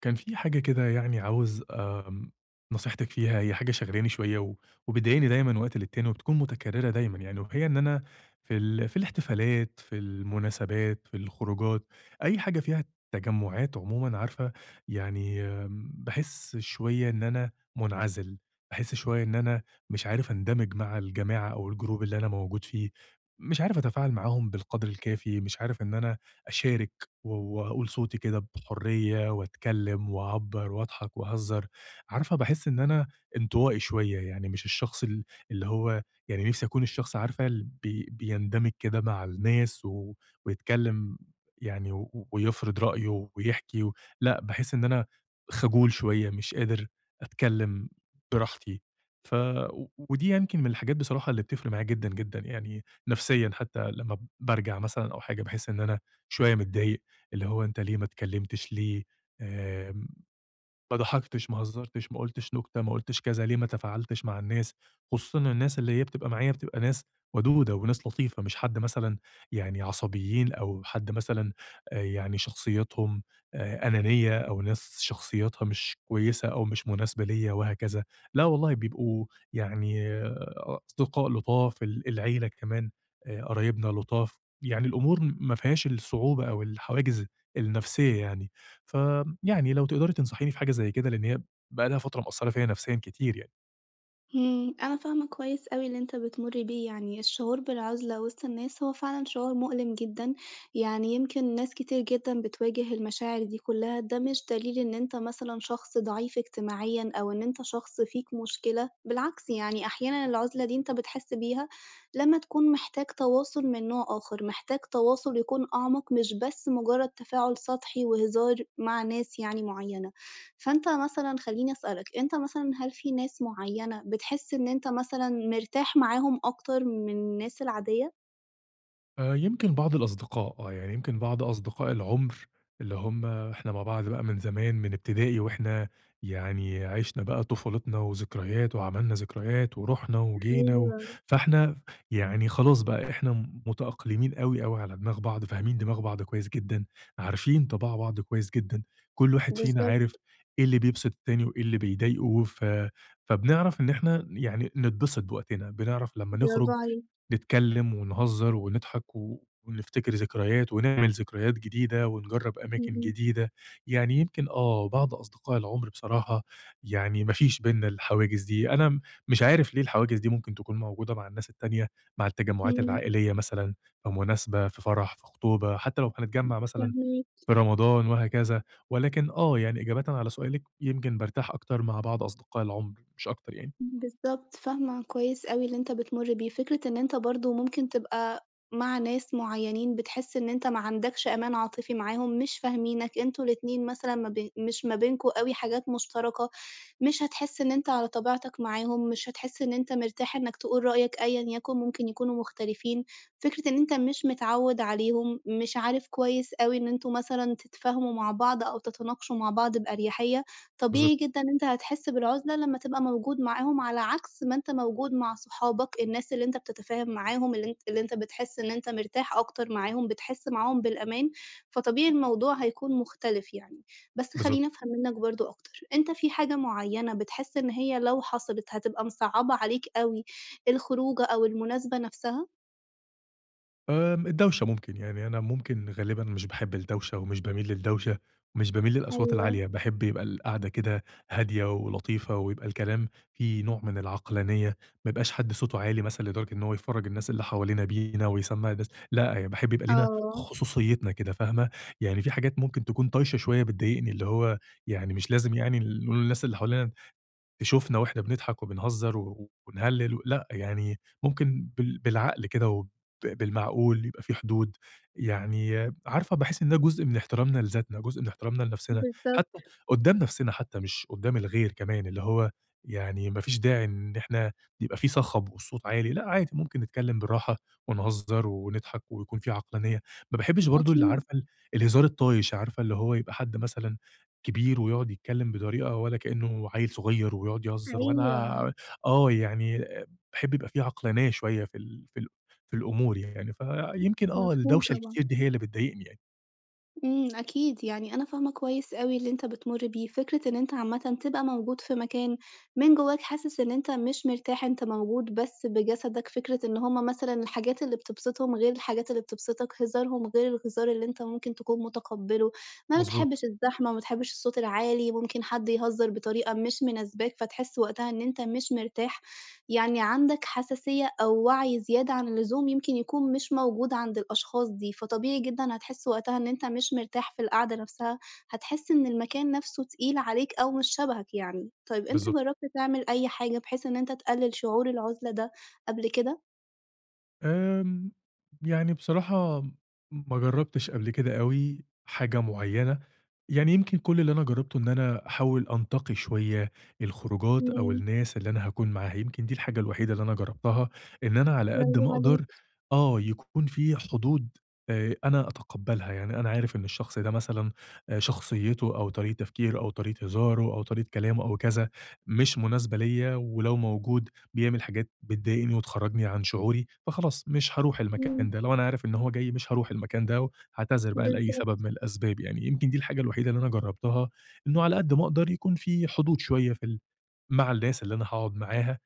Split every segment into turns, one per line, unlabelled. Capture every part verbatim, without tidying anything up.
كان في حاجة كده يعني عاوز آمم، نصيحتك فيها، هي حاجة شاغلاني شوية و وبتضايقني دايمًا وقت للتاني وبتكون متكررة دايمًا يعني، وهي إن أنا في ال في الاحتفالات، في المناسبات، في الخروجات، أي حاجة فيها تجمعات عمومًا عارفة، يعني آمم، باحس شوية إن أنا منعزل، باحس شوية إن أنا مش عارف أندمج مع الجماعة أو الجروب اللي أنا موجود فيه، مش عارف أتفاعل معاهم بالقدر الكافي، مش عارف إن أنا أشارك. و وأقول صوتي كده بحرية وأتكلّم وأعبّر وأضحك وأهزّر، عارفة باحس إن أنا انطوائي شوية، يعني مش الشخص ال اللي هو يعني نِفْسي أكون الشخص عارفة اللي بي بيندمج كده مع الناس و ويتكلّم يعني و ويفرض رأيه ويحكي و لأ، باحس إن أنا خجول شوية، مش قادر أتكلّم براحتي، ف و ودي يمكن من الحاجات بصراحة اللي بتفرق معايا جدًا، جدًا يعني نفسيًا حتّى لمّا بارجع مثلًا أو حاجة باحس إن أنا شوية متضايق. اللي هو أنت ليه ما اتكلمتش ليه، آآ، ما ضحكتش، ما هزّرتش، ما قُلتش نكتة، ما قُلتش كذا، ليه ما تفاعلتش مع الناس، خصوصًا إن الناس اللي هي بتبقى معايا بتبقى ناس ودودة وناس لطيفة، مش حد مثلًا يعني عصبيين أو حد مثلًا آآ يعني شخصيتهم آآ أنانية أو ناس شخصياتها مش كويسة أو مش مناسبة ليّا وهكذا، لا والله بيبقوا يعني آه، أصدقاء لطاف، ال العيلة كمان آآ قرايبنا لطاف، يعني الأمور ما فيهاش الصعوبة أو الحواجز النفسية يعني. فيعني لو تقدري تنصحيني في حاجة زي كده، لإن هي بقى لها فترة مأثّرة فيّا نفسيًا كتير يعني.
إمم، أنا فاهمة كويس أوي اللي أنت بتمُر بيه، يعني الشعور بالعزلة وسط الناس هو فعلًا شعور مؤلم جدًا، يعني يمكن ناس كتير جدًا بتواجه المشاعر دي كلّها، ده مش دليل إن أنت مثلًا شخص ضعيف اجتماعيًا أو إن أنت شخص فيك مشكلة، بالعكس يعني أحيانًا العزلة دي أنت بتحس بيها لمّا تكون محتاج تواصل من نوع آخر، محتاج تواصل يكون أعمق مش بس مجرد تفاعل سطحي وهزار مع ناس يعني معيّنة. فأنت مثلًا خلّيني أسألك، أنت مثلًا هل في ناس معيّنة بتحس إن أنت مثلًا مرتاح معاهم أكتر من الناس العادية؟
آآ، يمكن بعض الأصدقاء آه، يعني يمكن بعض أصدقاء العُمر اللي هُم إحنا مع بعض بقى من زمان من ابتدائي وإحنا يعني عِشنا بقى طفولتنا وذكريات وعملنا ذكريات ورُحنا وجينا و
أيوه،
فإحنا يعني خلاص بقى إحنا متأقلمين أوي، أوي على دماغ بعض، فاهمين دماغ بعض كويس جدًا، عارفين طباع بعض كويس جدًا، كل واحد فينا
بالضبط،
عارف إيه اللي بيبسط التاني وإيه اللي بيضايقه، ف فبنعرف إن إحنا يعني نتبسط بوقتنا، بنعرف لمّا
برافو
نخرج
عليك،
نتكلّم ونهزّر ونضحك و ونفتكر ذكريات ونعمل ذكريات جديدة ونجرّب أماكن
إمم،
جديدة. يعني يمكن آه، بعض أصدقاء العُمر بصراحة يعني ما فيش بيننا الحواجز دي. أنا م مش عارف ليه الحواجز دي ممكن تكون موجودة مع الناس التانية، مع التجمُّعات
إمم،
العائلية مثلًا، في مناسبة، في فرح، في خطوبة، حتّى لو هنتجمّع مثلًا
فاهماك.
في رمضان وهكذا. ولكن آه، يعني إجابةً على سؤالِك، يمكن بارتاح أكتر مع بعض أصدقاء العُمر مش أكتر يعني.
بالضبط، فاهمة كويس أوي اللي أنت بتمُر بيه، فكرة إن أنت برضه ممكن تبقى مع ناس معيّنين بتحس إن أنت ما عندكش أمان عاطفي معاهم، مش فاهمينك، أنتم الاتنين مثلًا ما بين مش ما بينكم أوي حاجات مشتركة، مش هتحس إن أنت على طبيعتك معاهم، مش هتحس إن أنت مرتاح إنك تقول رأيك أيًا يكن، ممكن يكونوا مختلفين، فكرة إن أنت مش متعوّد عليهم، مش عارف كويس أوي إن أنتم مثلًا تتفاهموا مع بعض أو تتناقشوا مع بعض بأريحية.
بالضبط،
طبيعي جدًا ان أنت هتحس بالعُزلة لمّا تبقى موجود معاهم، على عكس ما أنت موجود مع صحابك، الناس اللي أنت بتتفاهم معاهم، اللي أنت اللي أنت بتحس إن أنت مرتاح أكتر معاهم، بتحس معاهم بالأمان، فطبيعي الموضوع هيكون مختلف يعني. بس خلّيني
بالضبط.
أفهم منّك برضه أكتر، أنت في حاجة معيّنة بتحس إن هي لو حصلت هتبقى مصعّبة عليك أوي الخروجة أو المناسبة نفسها؟
آمم، الدوشة ممكن، يعني أنا ممكن غالبًا مش باحب الدوشة ومش باميل للدوشة ومش باميل للأصوات
أيوه،
العالية، باحب يبقى القعدة كده هادية ولطيفة ويبقى الكلام فيه نوع من العقلانية، ما يبقاش حد صوته عالي مثلًا لدرجة إن هو يفرّج الناس اللي حوالينا بينا ويسمّع الناس لأ، يعني باحب يبقى لينا
آه،
خصوصيتنا كده فاهمة؟ يعني في حاجات ممكن تكون طايشة شوية بتضايقني، اللي هو يعني مش لازم يعني ال نقول للناس اللي حوالينا تشوفنا وإحنا بنضحك وبنهزّر و ونهلِّل و لأ، يعني ممكن بال بالعقل كده وب بالمعقول، يبقى في حدود. يعني عارفة باحس إن ده جزء من احترامنا لذاتنا، جزء من احترامنا لنفسنا،
بالضبط،
حتّى قُدّام نفسنا حتّى مش قُدّام الغير كمان، اللي هو يعني ما فيش داعي إن إحنا يبقى في صخب والصوت عالي، لأ عادي ممكن نتكلّم بالراحة ونهزّر ونضحك ويكون في عقلانية. ما باحبّش برضه اللي
أكيد،
عارفة ال الهزار الطايش، عارفة اللي هو يبقى حد مثلًا كبير ويقعد يتكلّم بطريقة ولا كإنّه عيّل صغير ويقعد يهزّر،
أيوه،
وأنا آه، يعني باحب يبقى في عقلانية شوية في ال في ال في الأمور يعني، فيمكن آه،
مفهوم
الدوشة
طبعًا.
الكتير دي هي اللي بتضايقني يعني.
إمم، أكيد، يعني أنا فاهمة كويس أوي اللي أنت بتمُر بيه، فكرة إن أنت عامةً تبقى موجود في مكان من جواك حاسس إن أنت مش مرتاح، أنت موجود بس بجسدك، فكرة إن هم مثلًا الحاجات اللي بتبسطهم غير الحاجات اللي بتبسطك، هزارهم غير الهزار اللي أنت ممكن تكون متقبّله، ما
مضبوط،
بتحبّش الزحمة، ما بتحبّش الصوت العالي، ممكن حد يهزّر بطريقة مش مناسباك، فتحس وقتها إن أنت مش مرتاح. يعني عندك حساسية أو وعي زيادة عن اللزوم يمكن يكون مش موجود عند الأشخاص دي، فطبيعي جدًا هتحس وقتها إن أنت مش مرتاح في القعدة نفسها، هتحس إن المكان نفسه تقيل عليك أو مش شبهك يعني. طيب أنت
بالضبط.
جربت تعمل أي حاجة بحيث إن أنت تقلل شعور العزلة ده قبل كده؟
آمم، يعني بصراحة ما جرّبتش قبل كده أوي حاجة معيّنة، يعني يمكن كل اللي أنا جرّبته إن أنا أحاول أنتقي شوية الخروجات أو
إمم،
الناس اللي أنا هاكون معاها، يمكن دي الحاجة الوحيدة اللي أنا جرّبتها، إن أنا على قد ما
برافو عليك،
أقدر آه، يكون في حدود، آآ، أنا أتقبّلها، يعني أنا عارف إن الشخص ده مثلًا آآ، شخصيته أو طريقة تفكيره أو طريقة هزاره أو طريقة كلامه أو كذا مش مناسبة ليّا، ولو موجود بيعمل حاجات بتضايقني وتخرّجني عن شعوري، فخلاص مش هاروح
إمم،
المكان ده، لو أنا عارف إن هو جاي مش هاروح المكان ده، وهاعتذر بقى لأي سبب
بالضبط،
من الأسباب يعني، يمكن دي الحاجة الوحيدة اللي أنا جرّبتها، إنه على قد ما أقدر يكون في حدود شوية في ال مع الناس اللي أنا هاقعد معاها،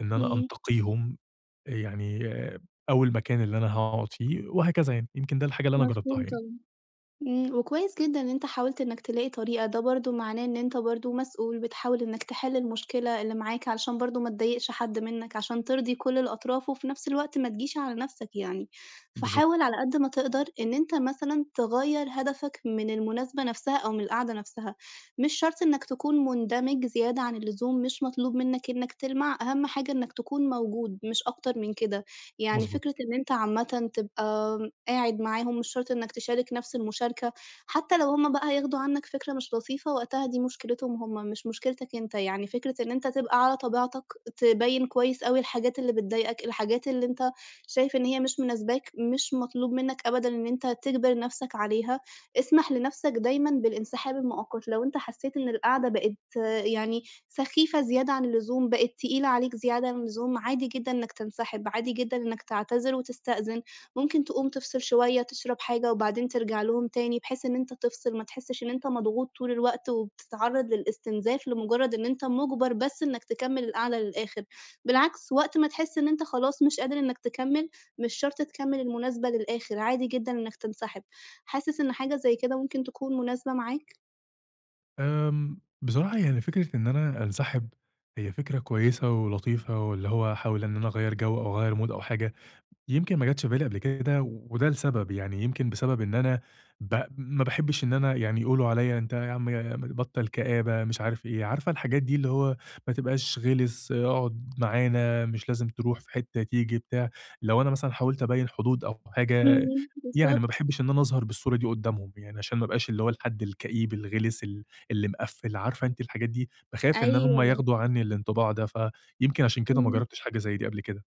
إن أنا
إمم،
أنتقيهم يعني آه، أو المكان اللي أنا هاقعد فيه وهكذا يعني، يمكن ده الحاجة اللي أنا جرّبتها
مفهوم
يعني.
طبعًا. إمم، وكويس جدًا إن أنت حاولت إنك تلاقي طريقة، ده برضه معناه إن أنت برضه مسؤول، بتحاول إنك تحل المشكلة اللي معاك علشان برضه ما تضايقش حد منك، عشان ترضي كل الأطراف، وفي نفس الوقت ما تجيش على نفسك يعني.
بالضبط.
فحاول على قد ما تقدر إن أنت مثلًا تغيّر هدفك من المناسبة نفسها أو من القعدة نفسها، مش شرط إنك تكون مندمج زيادة عن اللزوم، مش مطلوب منك إنك تلمع، أهم حاجة إنك تكون موجود مش أكتر من كده. يعني
مضبوط.
فكرة إن أنت عامةً تبقى قاعد معاهم، مش شرط إنّك تشارك نَفْس المشاركة، حتّى لو هُم بقى هياخدوا عنّك فكرة مش لطيفة، وقتها دي مشكلتهم هُم، مش مشكلتك أنت، يعني فكرة إن أنت تبقى على طبيعتك، تبيّن كويس أوي الحاجات اللي بتضايقك، الحاجات اللي أنت شايف إن هي مش مناسباك، مش مطلوب منّك أبدًا إن أنت تجبر نَفْسك عليها، اسمح لنَفْسك دايمًا بالانسحاب المؤقت، لو أنت حسّيت إن القعدة بقت آه، يعني سخيفة زيادة عن اللزوم، بقت تقيلة عليك زيادة عن اللزوم، عادي جدًا إنّك تنسحب، عادي جدًا إنّك تعتذر وتستأذن. ممكن تقوم تفصل شوية، تشرب حاجة، وبعدين ترجع لهم تاني، بحيث إن أنت تفصل، ما تحسّش إن أنت مضغوط طول الوقت، وبتتعرّض للاستنزاف لمجرد إن أنت مُجبر بس إنك تكمّل القعدة للآخر، بالعكس وقت ما تحس إن أنت خلاص مش قادر إنك تكمّل، مش شرط تكمّل المناسبة للآخر، عادي جدًا إنك تنسحب. حاسس إن حاجة زي كده ممكن تكون مناسبة معاك؟
آمم، بصراحة يعني فكرة إن أنا أنسحب هي فكرة كويسة ولطيفة، واللي هو أحاول إن أنا أغيّر جو أو أغيّر مود أو حاجة يمكن ما جاتش في بالي قبل كده، وده لسبب، يعني يمكن بسبب إن أنا ب ما باحبش إن أنا يعني يقولوا عليّا أنت يا عم بطّل كآبة، مش عارف إيه، عارفة الحاجات دي اللي هو ما تبقاش غِلِس، اقعد معانا، مش لازم تروح في حتة تيجي بتاع، لو أنا مثلًا حاولت أبيّن حدود أو حاجة،
إمم،
يعني ما
بالضبط.
باحبش إن أنا أظهر بالصورة دي قدّامهم، يعني عشان ما ابقاش اللي هو الحد الكئيب الغِلِس ال اللي مقفّل، عارفة أنتِ الحاجات دي، باخاف إن هم
أيوه،
ياخدوا عنّي الانطباع ده، فيمكن عشان كده ما
إمم.
جرّبتش حاجة زي دي قبل كده،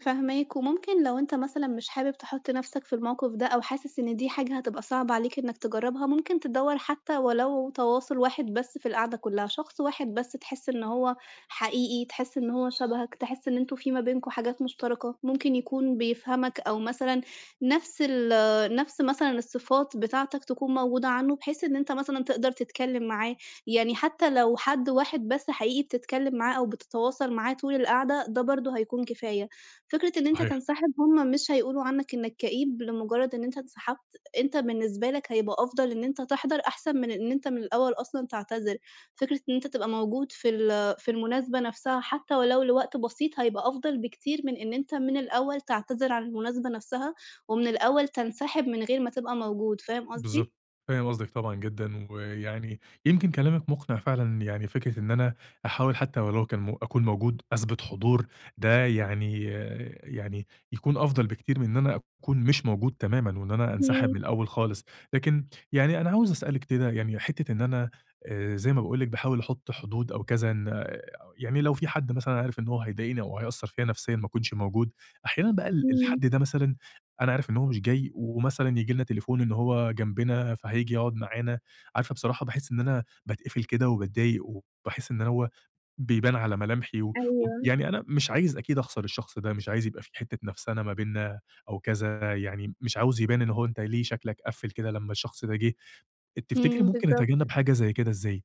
فاهماك، وممكن لو أنت مثلًا مش حابب تحُط نَفْسك في الموقِف ده أو حاسس إن دي حاجة هتبقى صعبة عليك إنّك تجرّبها، ممكن تدوّر حتى ولو تواصل واحد بس في القعدة كُلّها، شخص واحد بس تحس إن هو حقيقي، تحس إن هو شبهك، تحس إن أنتم في ما بينكم حاجات مشتركة، ممكن يكون بيفهمك أو مثلًا نَفْس ال نَفْس مثلًا الصفات بتاعتك تكون موجودة عنده، بحيث إن أنت مثلًا تقدر تتكلّم معاه، يعني حتى لو حد واحد بس حقيقي بتتكلّم معاه أو بتتواصل معاه طول القعدة، ده برضه هيكون كفاية. فكرة إن أنت
صحيح.
تنسحب هُم مش هيقولوا عنّك إنّك كئيب لمجرّد إن أنت انسحبت، أنت بالنسبة لك هيبقى أفضل إن أنت تحضر أحسن من إن أنت من الأول أصلًا تعتذر، فكرة إن أنت تبقى موجود في ال آه، في المناسبة نفسها حتى ولو لوقت بسيط هيبقى أفضل بكتير من إن أنت من الأول تعتذر عن المناسبة نفسها، ومن الأول تنسحب من غير ما تبقى موجود، فاهم قصدي؟
بالضبط. فاهم قصدِك طبعًا جدًا، ويعني يمكن كلامِك مقنع فعلًا، يعني فكرة إن أنا أحاول حتى ولو كان م أكون موجود أثبت حضور، ده يعني آه، يعني يكون أفضل بكتير من إن أنا أكون مش موجود تمامًا، وإن أنا أنسحب من
إمم،
الأول خالص. لكن يعني أنا عاوز أسألِك كده يعني حتة إن أنا، آآ زي ما باقول لِك باحاول أحط حدود أو كذا إن آه، يعني لو في حد مثلًا عارف إن هو هيضايقني أو هيأثّر فيّا نفسيًا ما أكونش موجود، أحيانًا بقى ال
إمم،
الحد ده مثلًا أنا عارف إن هو مش جاي، ومثلًا ييجي لنا تليفون إن هو جنبنا فهييجي يقعد معانا، عارفة بصراحة باحس إن أنا باتقفل كده وباتضايق، وباحس إن هو بيبان على ملامحي، و
أيوه،
ويعني أنا مش عايز أكيد أخسر الشخص ده، مش عايز يبقى في حتة نفسَنَة ما بيننا أو كذا، يعني مش عاوز يبان إن هو أنت ليه شكلك قفّل كده لمّا الشخص ده جه، تفتكري
إمم،
ممكن
بالضبط.
أتجنب حاجة زي كده إزاي؟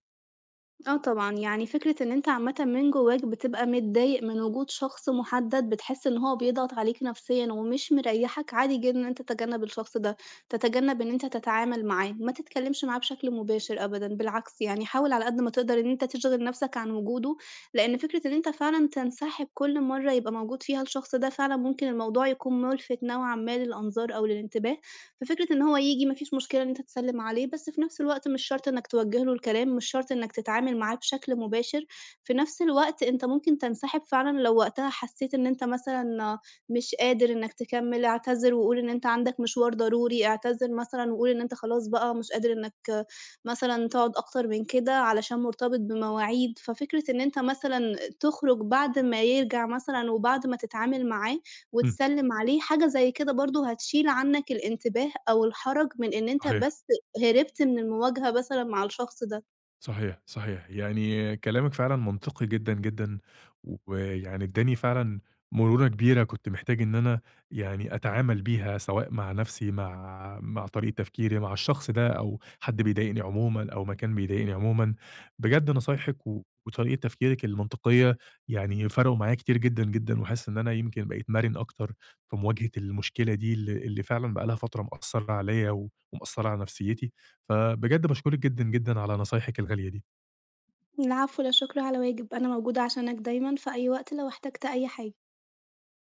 آه طبعًا، يعني فكرة إن أنت عامةً من جواك بتبقى متضايق من وجود شخص محدد بتحس إن هو بيضغط عليك نفسيًا ومش مريحك، عادي جدًا إن أنت تتجنب الشخص ده، تتجنب إن أنت تتعامل معاه، ما تتكلمش معاه بشكل مباشر أبدًا، بالعكس يعني حاول على قد ما تقدر إن أنت تشغل نفسك عن وجوده، لإن فكرة إن أنت فعلًا تنسحب كل مرة يبقى موجود فيها الشخص ده، فعلًا ممكن الموضوع يكون ملفت نوعًا ما للأنظار أو للانتباه. ففكرة إن هو ييجي ما فيش مشكلة إن أنت تسلِّم عليه، بس في نفس الوقت مش شرط إنّك توجّه له الكلام، مش شرط إنّك تتعامل معاه بشكل مباشر، في نفس الوقت أنت ممكن تنسحب فعلًا لو وقتها حسّيت إن أنت مثلًا مش قادر إنّك تكمّل، اعتذر وقُل إن أنت عندك مشوار ضروري، اعتذر مثلًا وقُل إن أنت خلاص بقى مش قادر إنّك مثلًا تقعد أكتر من كده علشان مرتبط بمواعيد، ففكرة إن أنت مثلًا تخرج بعد ما يرجع مثلًا وبعد ما تتعامل معاه،
إمم،
وتسلِّم عليه، حاجة زي كده برضه هتشيل عنّك الانتباه أو الحَرَج من إن أنت
صحيح.
بس هربت من المواجهة مثلًا مع الشخص ده.
صحيح، صحيح. يعني كلامِك فعلًا منطقي جدًا، جدًا، ويعني ادّاني فعلًا مرونة كبيرة كنت محتاج إن أنا يعني أتعامل بيها، سواء مع نَفْسي، مع مع طريقة تفكيري، مع الشخص ده أو حد بيضايقني عمومًا أو مكان بيضايقني عمومًا. بجد نصايحِك و وطريقة تفكيرِك المنطقية يعني فرقوا معايا كتير جدًا، جدًا، وحاسس إن أنا يمكن بقيت مرن أكتر في مواجهة المشكلة دي اللي اللي فعلًا بقى لها فترة مأثّرة عليّا و ومأثّرة على نَفْسيتي. فبجد باشكرِك جدًا، جدًا على نصايحِك الغالية دي.
العفو، لا شُكر على واجب، أنا موجودة عشانك دايمًا في أي وقت لو احتجت أي حاجة.